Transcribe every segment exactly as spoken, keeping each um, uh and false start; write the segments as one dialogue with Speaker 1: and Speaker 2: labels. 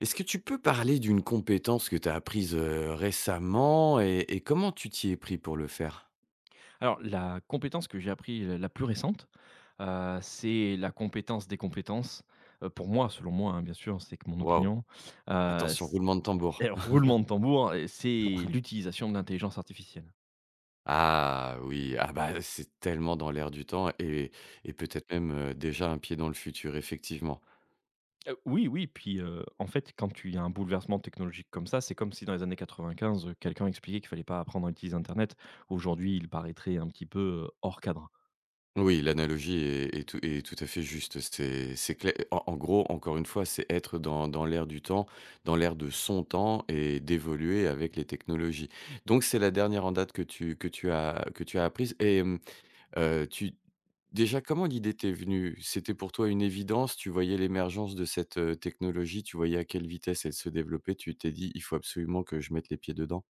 Speaker 1: Est-ce que tu peux parler d'une compétence que tu as apprise, heu, récemment et et comment tu t'y es pris pour le faire?
Speaker 2: Alors, la compétence que j'ai appris la la plus récente, heu, c'est la compétence des compétences. Heu, pour moi, selon moi, hein, bien sûr, c'est que mon
Speaker 1: Waouh!
Speaker 2: opinion, heu,
Speaker 1: Attention,
Speaker 2: c
Speaker 1: roulement de tambour.
Speaker 2: et roulement de tambour et c'est l'utilisation de l'intelligence artificielle.
Speaker 1: Ah oui, ah bah, c'est tellement dans l'air du temps et et peut-être même, heu, déjà un pied dans le futur, effectivement.
Speaker 2: Heu, oui, oui, puis, heu, en fait, quand tu il y a un bouleversement technologique comme ça, c'est comme si dans les années quatre-vingt-quinze, heu, quelqu'un expliquait qu'il fallait pas apprendre à utiliser internet. Aujourd'hui, il paraîtrait un petit peu, heu, hors cadre.
Speaker 1: Oui, l'analogie est est tout est tout à fait juste. C'est c'est clai en en gros, encore une fois, c'est être dans dans l'air du temps, dans l'air de son temps et d'évoluer avec les technologies. Donc c'est la dernière en date que tu que tu as que tu as apprise et mmh. Heu, tu Déjà, comment l'idée t'est venue? C'était pour toi une évidence? Tu voyais l'émergence de cette, heu, technologie? Tu voyais à quelle vitesse elle se développait? Tu t'es dit: «Il faut absolument que je mette les pieds dedans»?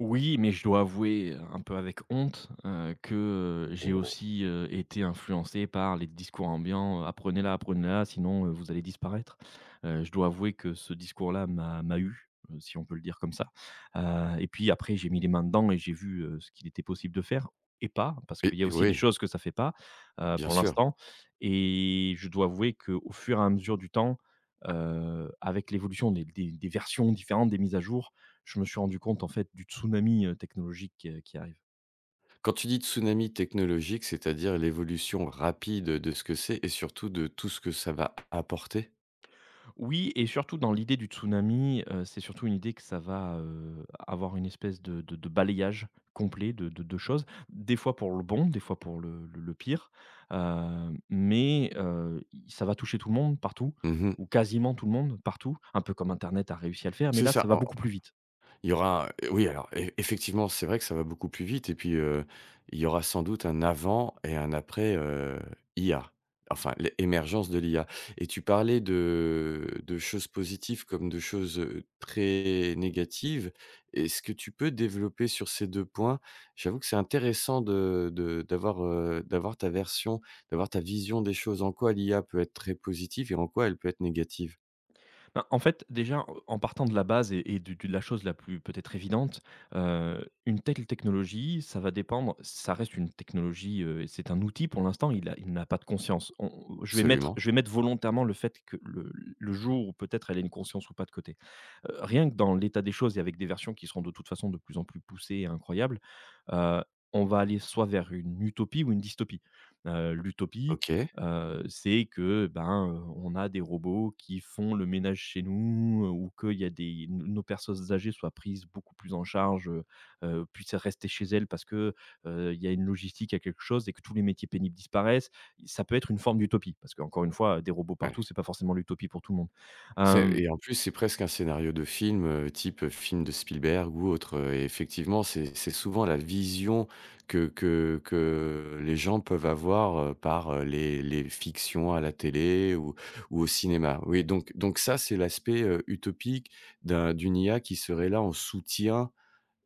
Speaker 2: Oui, mais je dois avouer, un peu avec honte, heu, que euh, j'ai
Speaker 1: Oh.
Speaker 2: aussi, heu, été influencé par les discours ambiants, heu : « Apprenez-la, apprenez-la, sinon, heu, vous allez disparaître ». Heu, je dois avouer que ce discours-là m'a m'a eu, heu, si on peut le dire comme ça. Heu et puis après, j'ai mis les mains dedans et j'ai vu, heu, ce qu'il était possible de faire et pas, parce
Speaker 1: Et
Speaker 2: qu'il y a
Speaker 1: et
Speaker 2: aussi des
Speaker 1: oui,
Speaker 2: choses que ça fait pas, heu,
Speaker 1: bien
Speaker 2: pour
Speaker 1: sûr.
Speaker 2: l'instant, et je dois avouer qu'au fur et à mesure du temps, heu, avec l'évolution des des des versions différentes, des mises à jour, je me suis rendu compte en fait du tsunami, heu, technologique qui, qui arrive.
Speaker 1: Quand tu dis tsunami technologique, c'est-à-dire l'évolution rapide de ce que c'est et surtout de tout ce que ça va apporter?
Speaker 2: Oui, et surtout dans l'idée du tsunami, heu, c'est surtout une idée que ça va, heu, avoir une espèce de de de balayage complet de de de choses. Des fois pour le bon, des fois pour le le le pire, heu, mais heu, i ça va toucher tout le monde, partout
Speaker 1: Mmh.
Speaker 2: ou quasiment tout le monde, partout, un peu comme internet a réussi à le faire, mais
Speaker 1: C'est
Speaker 2: là ça
Speaker 1: ça.
Speaker 2: va beaucoup plus vite.
Speaker 1: Il y aura euh, oui, alors e effectivement, c'est vrai que ça va beaucoup plus vite et puis, heu, il y aura sans doute un avant et un après, heu, I A. Enfin, l'émergence émergence de l'I A et tu parlais de de choses positives comme de choses, heu, très négatives. Est-ce que tu peux développer sur ces deux points? J'avoue que c'est intéressant de de d'avoir, heu, d'avoir ta version, d'avoir ta vision des choses. En quoi l'I A peut être très positive et en quoi elle peut être négative?
Speaker 2: Bah, en fait, déjà, en partant de la base et et du du de la chose la plus peut-être évidente, heu, une telle technologie, ça va dépendre ça reste une technologie, heu, c'est un outil pour l'instant, il a il n'a pas de conscience. On je vais mettre
Speaker 1: Absolument.
Speaker 2: je vais mettre volontairement le fait que le le jour où peut-être elle a une conscience ou pas de côté. Heu, rien que dans l'état des choses et avec des versions qui seront de toute façon de plus en plus poussées et incroyables, heu, on va aller soit vers une utopie ou une dystopie. Heu, l'utopie,
Speaker 1: OK.
Speaker 2: heu, c'est que, ben, heu, on a des robots qui font le ménage chez nous, heu, ou que il y a des nos nos personnes âgées soient prises beaucoup plus en charge, heu heu, puissent rester chez elles parce que, heu, il y a une logistique, il y a quelque chose et que tous les métiers pénibles disparaissent. Ça peut être une forme d'utopie parce qu'encore une fois, des robots
Speaker 1: Ouais.
Speaker 2: partout, c'est pas forcément l'utopie pour tout le monde.
Speaker 1: C'est
Speaker 2: Hem
Speaker 1: et en plus, c'est presque un scénario de film, heu, type film de Spielberg ou autre, heu et effectivement, c'est c'est souvent la vision que que que les gens peuvent avoir, heu, par, heu, les les fictions à la télé ou ou au cinéma. Oui, donc donc ça, c'est l'aspect, heu, utopique d'un d'une I A qui serait là en soutien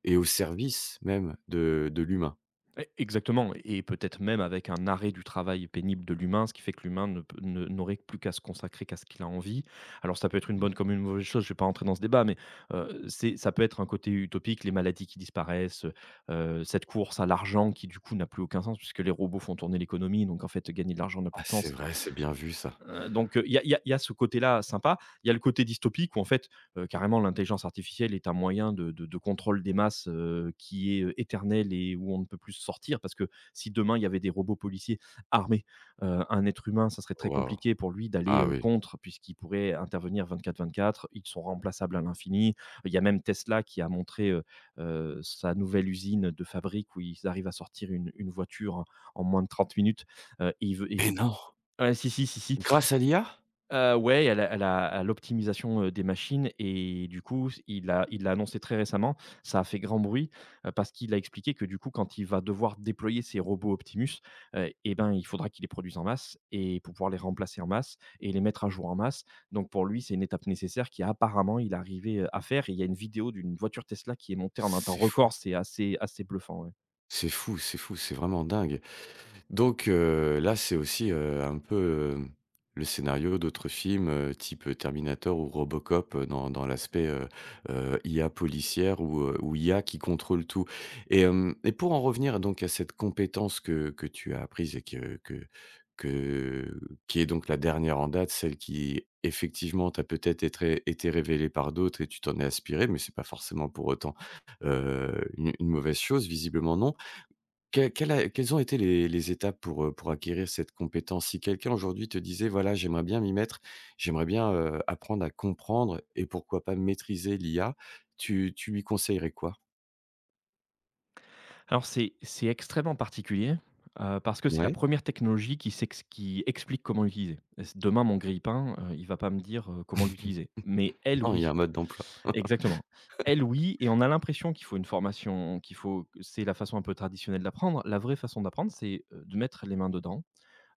Speaker 1: et au service même de de l'humain.
Speaker 2: Et exactement, et peut-être même avec un arrêt du travail pénible de l'humain, ce qui fait que l'humain ne peut ne n'aurait plus qu'à se consacrer qu'à ce qu'il a envie. Alors ça peut être une
Speaker 1: Mmh.
Speaker 2: bonne comme une mauvaise chose, je ne vais pas rentrer dans ce débat, mais heu, c'est ça peut être un côté utopique, les maladies qui disparaissent, heu cette course à l'argent qui, du coup, n'a plus aucun sens puisque les robots font tourner l'économie, donc en fait, gagner de l'argent n'a
Speaker 1: Ah,
Speaker 2: plus de
Speaker 1: c'est
Speaker 2: sens.
Speaker 1: vrai, c'est bien vu ça.
Speaker 2: Euh, donc il y, a- y a y a ce côté-là sympa. Il y a le côté dystopique où en fait euh, carrément l'intelligence artificielle est un moyen de, de- de contrôle des masses euh, qui est euh, éternel et où on ne peut plus sortir parce que si demain il y avait des robots policiers armés, euh, un être humain, ça serait très
Speaker 1: Waouh!
Speaker 2: compliqué pour lui d'aller
Speaker 1: Ah
Speaker 2: euh,
Speaker 1: oui.
Speaker 2: contre puisqu'il pourrait intervenir vingt-quatre sur vingt-quatre. Ils sont remplaçables à l'infini. Il y a même Tesla qui a montré euh, euh, sa nouvelle usine de fabrique où ils arrivent à sortir une, une voiture en, en moins de trente minutes. Euh, et il veut- et
Speaker 1: Mais
Speaker 2: c'est-
Speaker 1: non!
Speaker 2: Ouais, si, si, si, si.
Speaker 1: Grâce à l'I A?
Speaker 2: Heu, ouais, et à la à la à l'optimisation, heu, des machines et du coup, s il l'a il l'a annoncé très récemment. Ça a fait grand bruit, heu, parce qu'il a expliqué que du coup, quand il va devoir déployer ses robots Optimus, heu et ben, il faudra qu'il les produise en masse et pour pouvoir les remplacer en masse et les mettre à jour en masse. Donc pour lui, c'est une étape nécessaire qui apparemment il est arrivé, heu, à faire, et il y a une vidéo d'une voiture Tesla qui est montée en un temps
Speaker 1: C'est fou,
Speaker 2: record. C'est assez assez bluffant, ouais.
Speaker 1: c'est fou, c'est fou, c'est vraiment dingue. Donc heu, là, c'est aussi, heu, un peu, heu, le scénario d'autres films, heu, type, Terminator ou Robocop, heu, dans dans l'aspect, heu heu, I A policière ou heu, ou I A qui contrôle tout et hem et pour en revenir donc à cette compétence que que tu as apprise et que que que qui est donc la dernière en date, celle qui effectivement t'a peut-être été été révélée par d'autres et tu t'en es aspiré, mais c'est pas forcément pour autant, heu, une une mauvaise chose, visiblement non. Que quelle a quelles ont été les les étapes pour, heu, pour acquérir cette compétence? Si quelqu'un aujourd'hui te disait: «Voilà, j'aimerais bien m'y mettre, j'aimerais bien, heu, apprendre à comprendre et pourquoi pas maîtriser l'I A», tu tu lui conseillerais quoi?
Speaker 2: Alors c'est c'est extrêmement particulier, heu, parce que c'est la
Speaker 1: Ouais,
Speaker 2: première technologie qui s'ex qui explique comment l'utiliser. S Demain mon grille-pain, heu, il va pas me dire, heu, comment l'utiliser, mais elle
Speaker 1: non, il y a
Speaker 2: oui.
Speaker 1: un mode d'emploi.
Speaker 2: Exactement. Elle oui, et on a l'impression qu'il faut une formation, qu'il faut c'est la façon un peu traditionnelle d'apprendre. La vraie façon d'apprendre, c'est, heu, de mettre les mains dedans.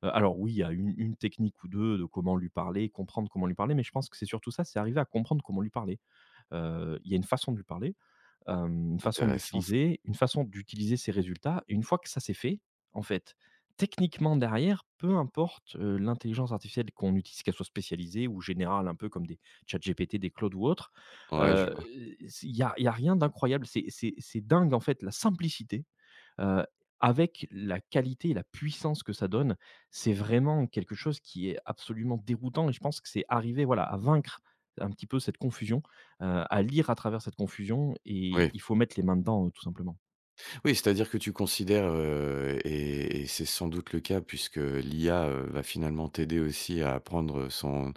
Speaker 2: Heu, alors oui, il y a une une technique ou deux de comment lui parler, comprendre comment lui parler, mais je pense que c'est surtout ça, c'est arriver à comprendre comment lui parler. Heu, il y a une façon de lui parler hem, une façon de
Speaker 1: Intéressant ça.
Speaker 2: l'utiliser, une façon d'utiliser ses résultats, et une fois que ça c'est fait, en fait, techniquement derrière, peu importe, heu, l'intelligence artificielle qu'on utilise, qu'elle soit spécialisée ou générale, un peu comme des ChatGPT, des Claude ou autres,
Speaker 1: Ouais, je vois.
Speaker 2: il y a il y a rien d'incroyable. C'est c'est c'est dingue en fait la simplicité Heu, avec la qualité et la puissance que ça donne, c'est vraiment quelque chose qui est absolument déroutant, et je pense que c'est arriver, voilà, à vaincre un petit peu cette confusion, heu, à lire à travers cette confusion, et
Speaker 1: Oui.
Speaker 2: il faut mettre les mains dedans, heu, tout simplement.
Speaker 1: Oui, c'est-à-dire que tu considères, heu et et c'est sans doute le cas puisque l'I A, heu, va finalement t'aider aussi à apprendre, son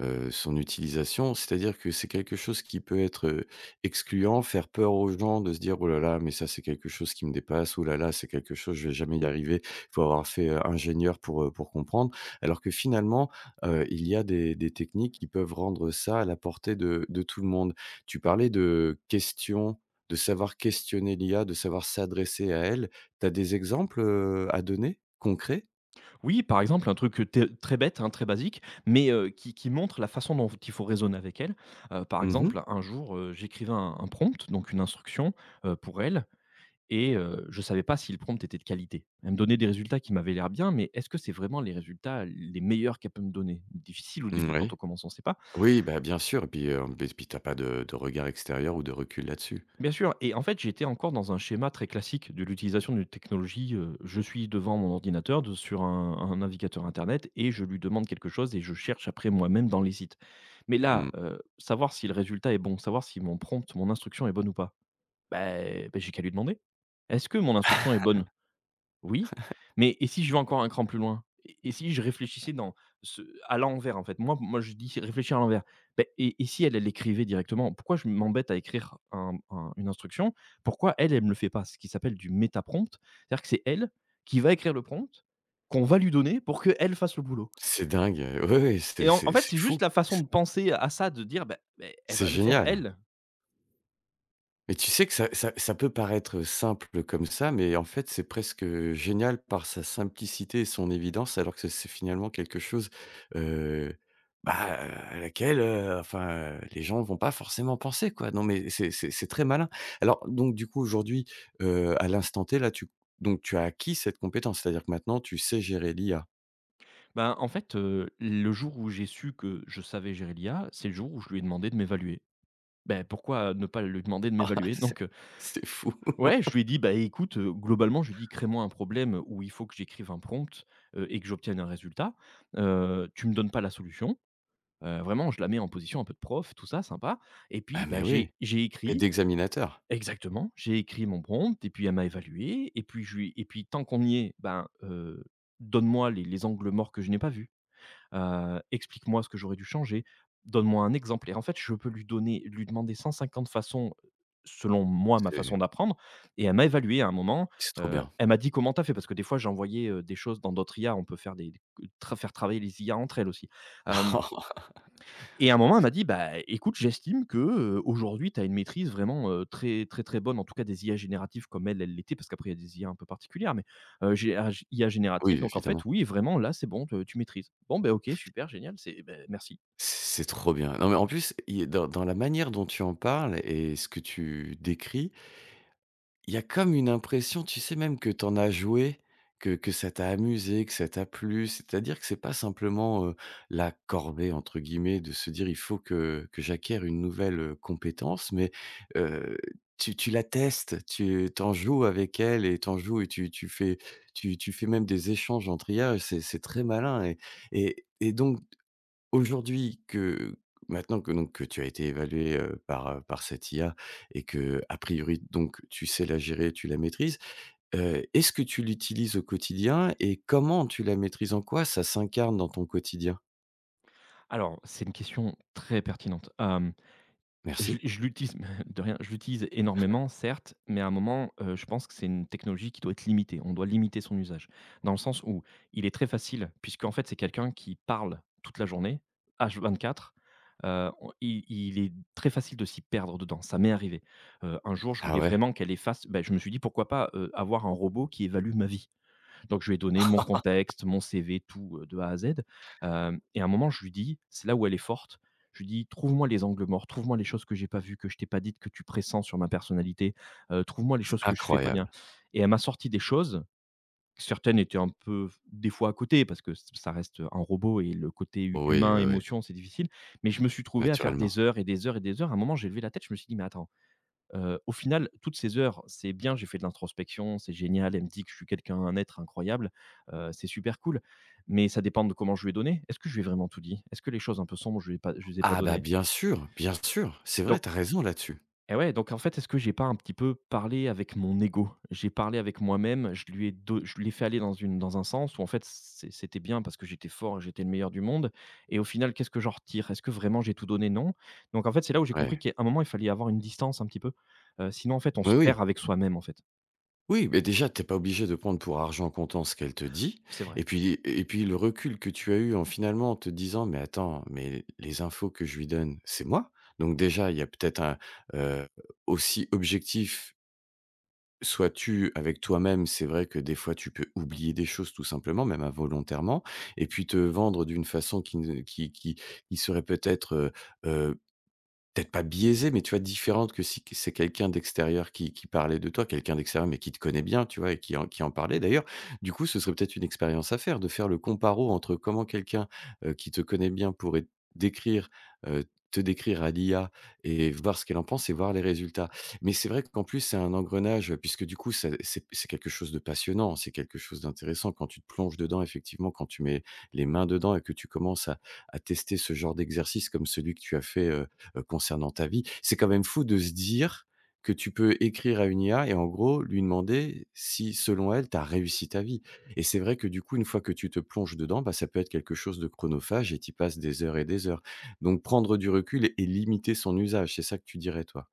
Speaker 1: heu, son utilisation. C'est-à-dire que c'est quelque chose qui peut être, heu, excluant, faire peur aux gens de se dire: «Oh là là, mais ça, c'est quelque chose qui me dépasse. Oh là là, c'est quelque chose, je vais jamais y arriver. Il Faut avoir fait, heu, ingénieur pour, heu, pour comprendre». Alors que finalement, heu, il y a des des techniques qui peuvent rendre ça à la portée de de tout le monde. Tu parlais de questions, de savoir questionner l'I A, de savoir s'adresser à elle. Tu as des exemples, heu, à donner, concrets?
Speaker 2: Oui, par exemple, un truc, heu, très bête, hein, très basique, mais heu, qui qui montre la façon dont il faut raisonner avec elle. Heu, par
Speaker 1: Mmh mh.
Speaker 2: exemple, un jour, heu, j'écrivais un un prompt, donc une instruction, heu, pour elle. Et heu, je ne savais pas si le prompt était de qualité. Elle me donnait des résultats qui m'avaient l'air bien, mais est-ce que c'est vraiment les résultats les meilleurs qu'elle peut me donner? Difficile au début quand on commence, on ne sait pas.
Speaker 1: Oui, bah, bien sûr et puis, heu, beh, puis t'as pas de de regard extérieur ou de recul là-dessus.
Speaker 2: Bien sûr, et en fait, j'étais encore dans un schéma très classique de l'utilisation d'une technologie, heu, je suis devant mon ordinateur de sur un un navigateur internet, et je lui demande quelque chose et je cherche après moi-même dans les sites. Mais là,
Speaker 1: Mmh.
Speaker 2: heu, savoir si le résultat est bon, savoir si mon prompt, mon instruction est bonne ou pas, ben, beh, j'ai qu'à lui demander. Est-ce que mon instruction est bonne? Oui, mais et si je vais encore un cran plus loin? Et et si je réfléchissais dans ce à l'envers, en fait? Moi moi, je dis : « Réfléchir à l'envers ». Beh et et si elle, elle l'écrivait directement? Pourquoi je m'embête à écrire un un une instruction? Pourquoi elle, elle me le fait pas? Ce qui s'appelle du méta-prompt. C'est-à-dire que c'est elle qui va écrire le prompt, qu'on va lui donner pour qu'elle fasse le boulot.
Speaker 1: C'est dingue. Oui, c'est
Speaker 2: Et en en
Speaker 1: c'est
Speaker 2: fait,
Speaker 1: c'est
Speaker 2: c'est
Speaker 1: fou.
Speaker 2: juste la façon
Speaker 1: C'est
Speaker 2: de penser à ça, de dire : « Beh beh, elle
Speaker 1: c'est
Speaker 2: va le faire,
Speaker 1: génial.
Speaker 2: elle ».
Speaker 1: Mais tu sais que ça ça ça peut paraître simple comme ça, mais en fait, c'est presque, heu, génial par sa simplicité et son évidence, alors que c'est finalement quelque chose, heu, bah, à laquelle, heu, enfin, heu, les gens vont pas forcément penser, quoi. Non, mais c'est c'est c'est très malin. Alors donc du coup, aujourd'hui, heu, à l'instant T, là, tu donc tu as acquis cette compétence, c'est-à-dire que maintenant tu sais gérer l'I A?
Speaker 2: Ben, en fait, heu, le jour où j'ai su que je savais gérer l'I A, c'est le jour où je lui ai demandé de m'évaluer. Ben pourquoi ne pas lui demander de
Speaker 1: Ah
Speaker 2: m'évaluer?
Speaker 1: c'est
Speaker 2: Donc, heu,
Speaker 1: c'est fou.
Speaker 2: ouais, je lui ai dit : « Bah, écoute, heu, globalement », je lui ai dit : « Crée-moi un problème où il faut que j'écrive un prompt, heu, et que j'obtienne un résultat. Heu, tu me donnes pas la solution ». Heu, vraiment, je la mets en position un peu de prof, tout ça, sympa. Et
Speaker 1: Ah
Speaker 2: puis, bah,
Speaker 1: mais oui
Speaker 2: j'ai j'ai
Speaker 1: et
Speaker 2: écrit
Speaker 1: d'examinateur.
Speaker 2: exactement, j'ai écrit mon prompt et puis elle m'a évalué. Et puis je lui et puis tant qu'on y est, ben, heu, donne-moi les les angles morts que je n'ai pas vus, heu, explique-moi ce que j'aurais dû changer, donne-moi un exemple. Et en fait, je peux lui donner lui demander cent cinquante façons, selon moi, ma façon
Speaker 1: C'est
Speaker 2: d'apprendre. Et elle m'a évalué à un moment,
Speaker 1: c'est trop
Speaker 2: heu,
Speaker 1: bien.
Speaker 2: elle m'a dit : « Comment t'as fait ? » parce que des fois, j'envoyais, heu, des choses dans d'autres I A, on peut faire des tra faire travailler les I A entre elles aussi, hem et à un moment, elle m'a dit : « Bah, écoute, j'estime que, heu, aujourd'hui, tu as une maîtrise vraiment, heu, très, très, très bonne », en tout cas des I A génératives comme elle, elle l'était, parce qu'après il y a des I A un peu particulières, mais, heu, gé a g I A
Speaker 1: Oui,
Speaker 2: générative. Donc en fait,
Speaker 1: évidemment.
Speaker 2: oui, vraiment, là, c'est bon, te tu maîtrises. Bon, ben OK, super, génial, c'est ben merci.
Speaker 1: C'est trop bien. Non, mais en plus, il dans dans la manière dont tu en parles et ce que tu décris, il y a comme une impression, tu sais même que tu en as joué, que que ça t'a amusé, que ça t'a plu. C'est-à-dire que c'est pas simplement, heu, «la corvée» entre guillemets de se dire: «Il faut que que j'acquière une nouvelle, heu, compétence» mais, heu, tu tu la testes, tu t'en joues avec elle et t'en joues et tu tu fais tu tu fais même des échanges entre I A, c'est c'est très malin et et et donc. Aujourd'hui que maintenant que donc que tu as été évalué heu, par, heu, par cette I A et que a priori donc tu sais la gérer, tu la maîtrises, heu, est-ce que tu l'utilises au quotidien et comment tu la maîtrises? En quoi ça s'incarne dans ton quotidien?
Speaker 2: Alors, c'est une question très pertinente. Hem, Je
Speaker 1: Merci.
Speaker 2: je l'utilise de rien, je l'utilise énormément certes, mais à un moment, heu, je pense que c'est une technologie qui doit être limitée. On doit limiter son usage. Dans le sens où il est très facile, puisqu'en fait, c'est quelqu'un qui parle toute la journée, H vingt-quatre, heu, on il il est très facile de s'y perdre dedans. Ça m'est arrivé. Heu, un jour, je
Speaker 1: Ah
Speaker 2: voulais
Speaker 1: ouais?
Speaker 2: vraiment qu'elle efface, bah, je me suis dit: «Pourquoi pas, heu, avoir un robot qui évalue ma vie?» Donc je lui ai donné mon contexte, mon C V, tout, heu, de A à Z, hem et à un moment, je lui dis, c'est là où elle est forte, je lui dis: «Trouve-moi les angles morts, trouve-moi les choses que j'ai pas vues, que je t'ai pas dites, que tu pressens sur ma personnalité, heu, trouve-moi les
Speaker 1: C'est
Speaker 2: choses que je fais pas bien»
Speaker 1: incroyable.
Speaker 2: et elle m'a sorti des choses, certaines étaient un peu des fois à côté parce que ç ça reste, un robot et le côté hu
Speaker 1: Oui, oui,
Speaker 2: humain,
Speaker 1: oui,
Speaker 2: émotion, c'est difficile, mais je me suis trouvé à faire
Speaker 1: naturellement.
Speaker 2: des heures et des heures et des heures. À un moment, j'ai levé la tête, je me suis dit: «Mais attends, Heu, au final, toutes ces heures, c'est bien, j'ai fait de l'introspection, c'est génial, elle me dit que je suis quelqu'un, un être incroyable, heu, c'est super cool, mais ça dépend de comment je lui ai donné. Est-ce que je lui ai vraiment tout dit? Est-ce que les choses un peu sombres, je lui ai pas je les ai pas
Speaker 1: Ah bah,
Speaker 2: données?
Speaker 1: bien sûr, bien sûr, c'est vrai,
Speaker 2: Donc
Speaker 1: t'as raison là-dessus.
Speaker 2: et ouais, donc en fait, est-ce que j'ai pas un petit peu parlé avec mon ego? J'ai parlé avec moi-même, je lui ai do je l'ai fait aller dans une dans un sens où en fait, c'est c'était bien parce que j'étais fort j'étais le meilleur du monde et au final, qu'est-ce que j'en retire? Est-ce que vraiment j'ai tout donné? Non. Donc en fait, c'est là où j'ai compris
Speaker 1: Ouais.
Speaker 2: qu'à un moment, il fallait avoir une distance un petit peu, heu, sinon en fait, on se
Speaker 1: Oui,
Speaker 2: perd
Speaker 1: oui.
Speaker 2: avec soi-même, en fait.
Speaker 1: Oui, mais déjà, t'es pas obligé de prendre pour argent comptant ce qu'elle te dit.
Speaker 2: C'est vrai.
Speaker 1: Et puis, et puis le recul que tu as eu en finalement te disant, mais attends, mais les infos que je lui donne, c'est moi. Donc déjà, il y a peut-être un euh, aussi objectif sois-tu avec toi-même. C'est vrai que des fois, tu peux oublier des choses tout simplement, même involontairement, et puis te vendre d'une façon qui, ne- qui, qui, qui serait peut-être euh, euh, peut-être pas biaisée, mais tu vois, différente que si c'est quelqu'un d'extérieur qui qui parlait de toi, quelqu'un d'extérieur, mais qui te connaît bien, tu vois? Et qui en qui en parlait d'ailleurs. Du coup, ce serait peut-être une expérience à faire, de faire le comparo entre comment quelqu'un, heu, qui te connaît bien pourrait décrire, heu, te décrire à l'I A et voir ce qu'elle en pense et voir les résultats. Mais c'est vrai qu'en plus, c'est un engrenage, puisque du coup, ça c'est c'est quelque chose de passionnant, c'est quelque chose d'intéressant quand tu te plonges dedans, effectivement, quand tu mets les mains dedans et que tu commences à à tester ce genre d'exercice comme celui que tu as fait, euh, heu, concernant ta vie. C'est quand même fou de se dire que tu peux écrire à une I A et en gros lui demander si, selon elle, tu as réussi ta vie et c'est vrai que du coup, une fois que tu te plonges dedans, bah, ça peut être quelque chose de chronophage et tu passes des heures et des heures. Donc prendre du recul et et limiter son usage, c'est ça que tu dirais, toi?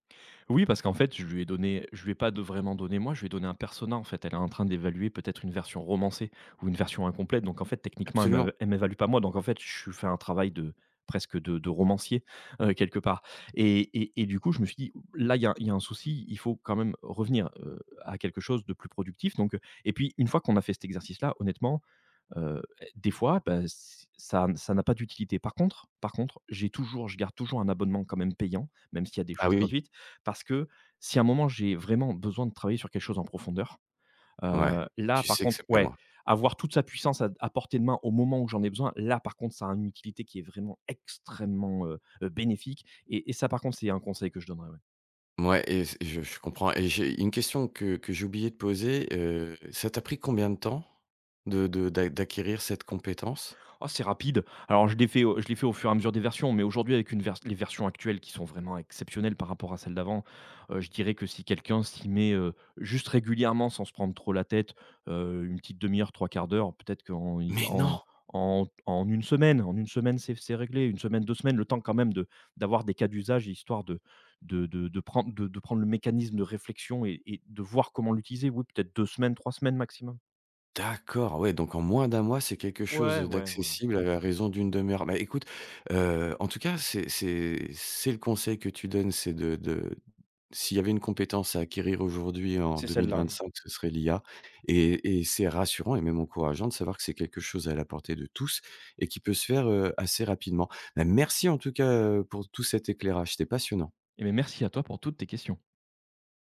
Speaker 2: Oui, parce qu'en fait, je lui ai donné je lui ai pas de vraiment donné moi, je lui ai donné un persona, en fait. Elle est en train d'évaluer peut-être une version romancée ou une version incomplète. Donc en fait, techniquement, elle m'éva
Speaker 1: Absolument.
Speaker 2: elle m'évalue pas moi. Donc en fait, je fais un travail de presque de de romancier, heu, quelque part et et et du coup, je me suis dit: «Là, il y a il y a un souci, il faut quand même revenir, heu, à quelque chose de plus productif». Donc et puis une fois qu'on a fait cet exercice-là, honnêtement. Heu, des fois, bah, c ça ça n'a pas d'utilité. Par contre par contre, j'ai toujours je garde toujours un abonnement quand même payant, même s'il y a des
Speaker 1: Ah
Speaker 2: choses
Speaker 1: oui, oui.
Speaker 2: gratuites, parce que si à un moment j'ai vraiment besoin de travailler sur quelque chose en profondeur,
Speaker 1: Ouais,
Speaker 2: heu, là
Speaker 1: tu
Speaker 2: par
Speaker 1: sais que
Speaker 2: contre
Speaker 1: c'est pas
Speaker 2: ouais,
Speaker 1: loin.
Speaker 2: avoir toute sa puissance à à portée de main au moment où j'en ai besoin, là par contre ça a une utilité qui est vraiment extrêmement, heu heu, bénéfique et et ça par contre c'est un conseil que je donnerais, ouais.
Speaker 1: Ouais, et c je je comprends et j'ai une question que que j'ai oublié de poser, heu, ça t'a pris combien de temps de de d'a d'acquérir cette compétence?
Speaker 2: Oh, c'est rapide. Alors, je l'ai fait au je l'ai fait au fur et à mesure des versions, mais aujourd'hui, avec une vers les versions actuelles qui sont vraiment exceptionnelles par rapport à celles d'avant, heu, je dirais que si quelqu'un s'y met, heu, juste régulièrement sans se prendre trop la tête, heu, une petite demi heure, trois quarts d'heure, peut-être qu'en i
Speaker 1: Mais
Speaker 2: en
Speaker 1: non!
Speaker 2: en en une semaine en une semaine, c'est c'est réglé. Une semaine, deux semaines, le temps quand même de d'avoir des cas d'usage, histoire de de de de prendre de de prendre le mécanisme de réflexion et et de voir comment l'utiliser. Oui, peut-être deux semaines, trois semaines maximum.
Speaker 1: D'accord, ouais, donc en moins d'un mois, c'est quelque chose,
Speaker 2: Ouais, ouais, ouais, ouais.
Speaker 1: d'accessible à la raison d'une demi-heure. Bah, écoute, heu, en tout cas, c'est c'est c'est le conseil que tu donnes, c'est de de s'il y avait une compétence à acquérir aujourd'hui en
Speaker 2: C'est celle-là.
Speaker 1: deux mille vingt-cinq, ce serait l'I A et et c'est rassurant et même encourageant de savoir que c'est quelque chose à la portée de tous et qui peut se faire, heu, assez rapidement. Bah, merci en tout cas, heu, pour tout cet éclairage, c'était passionnant.
Speaker 2: Eh bien, merci à toi pour toutes tes questions.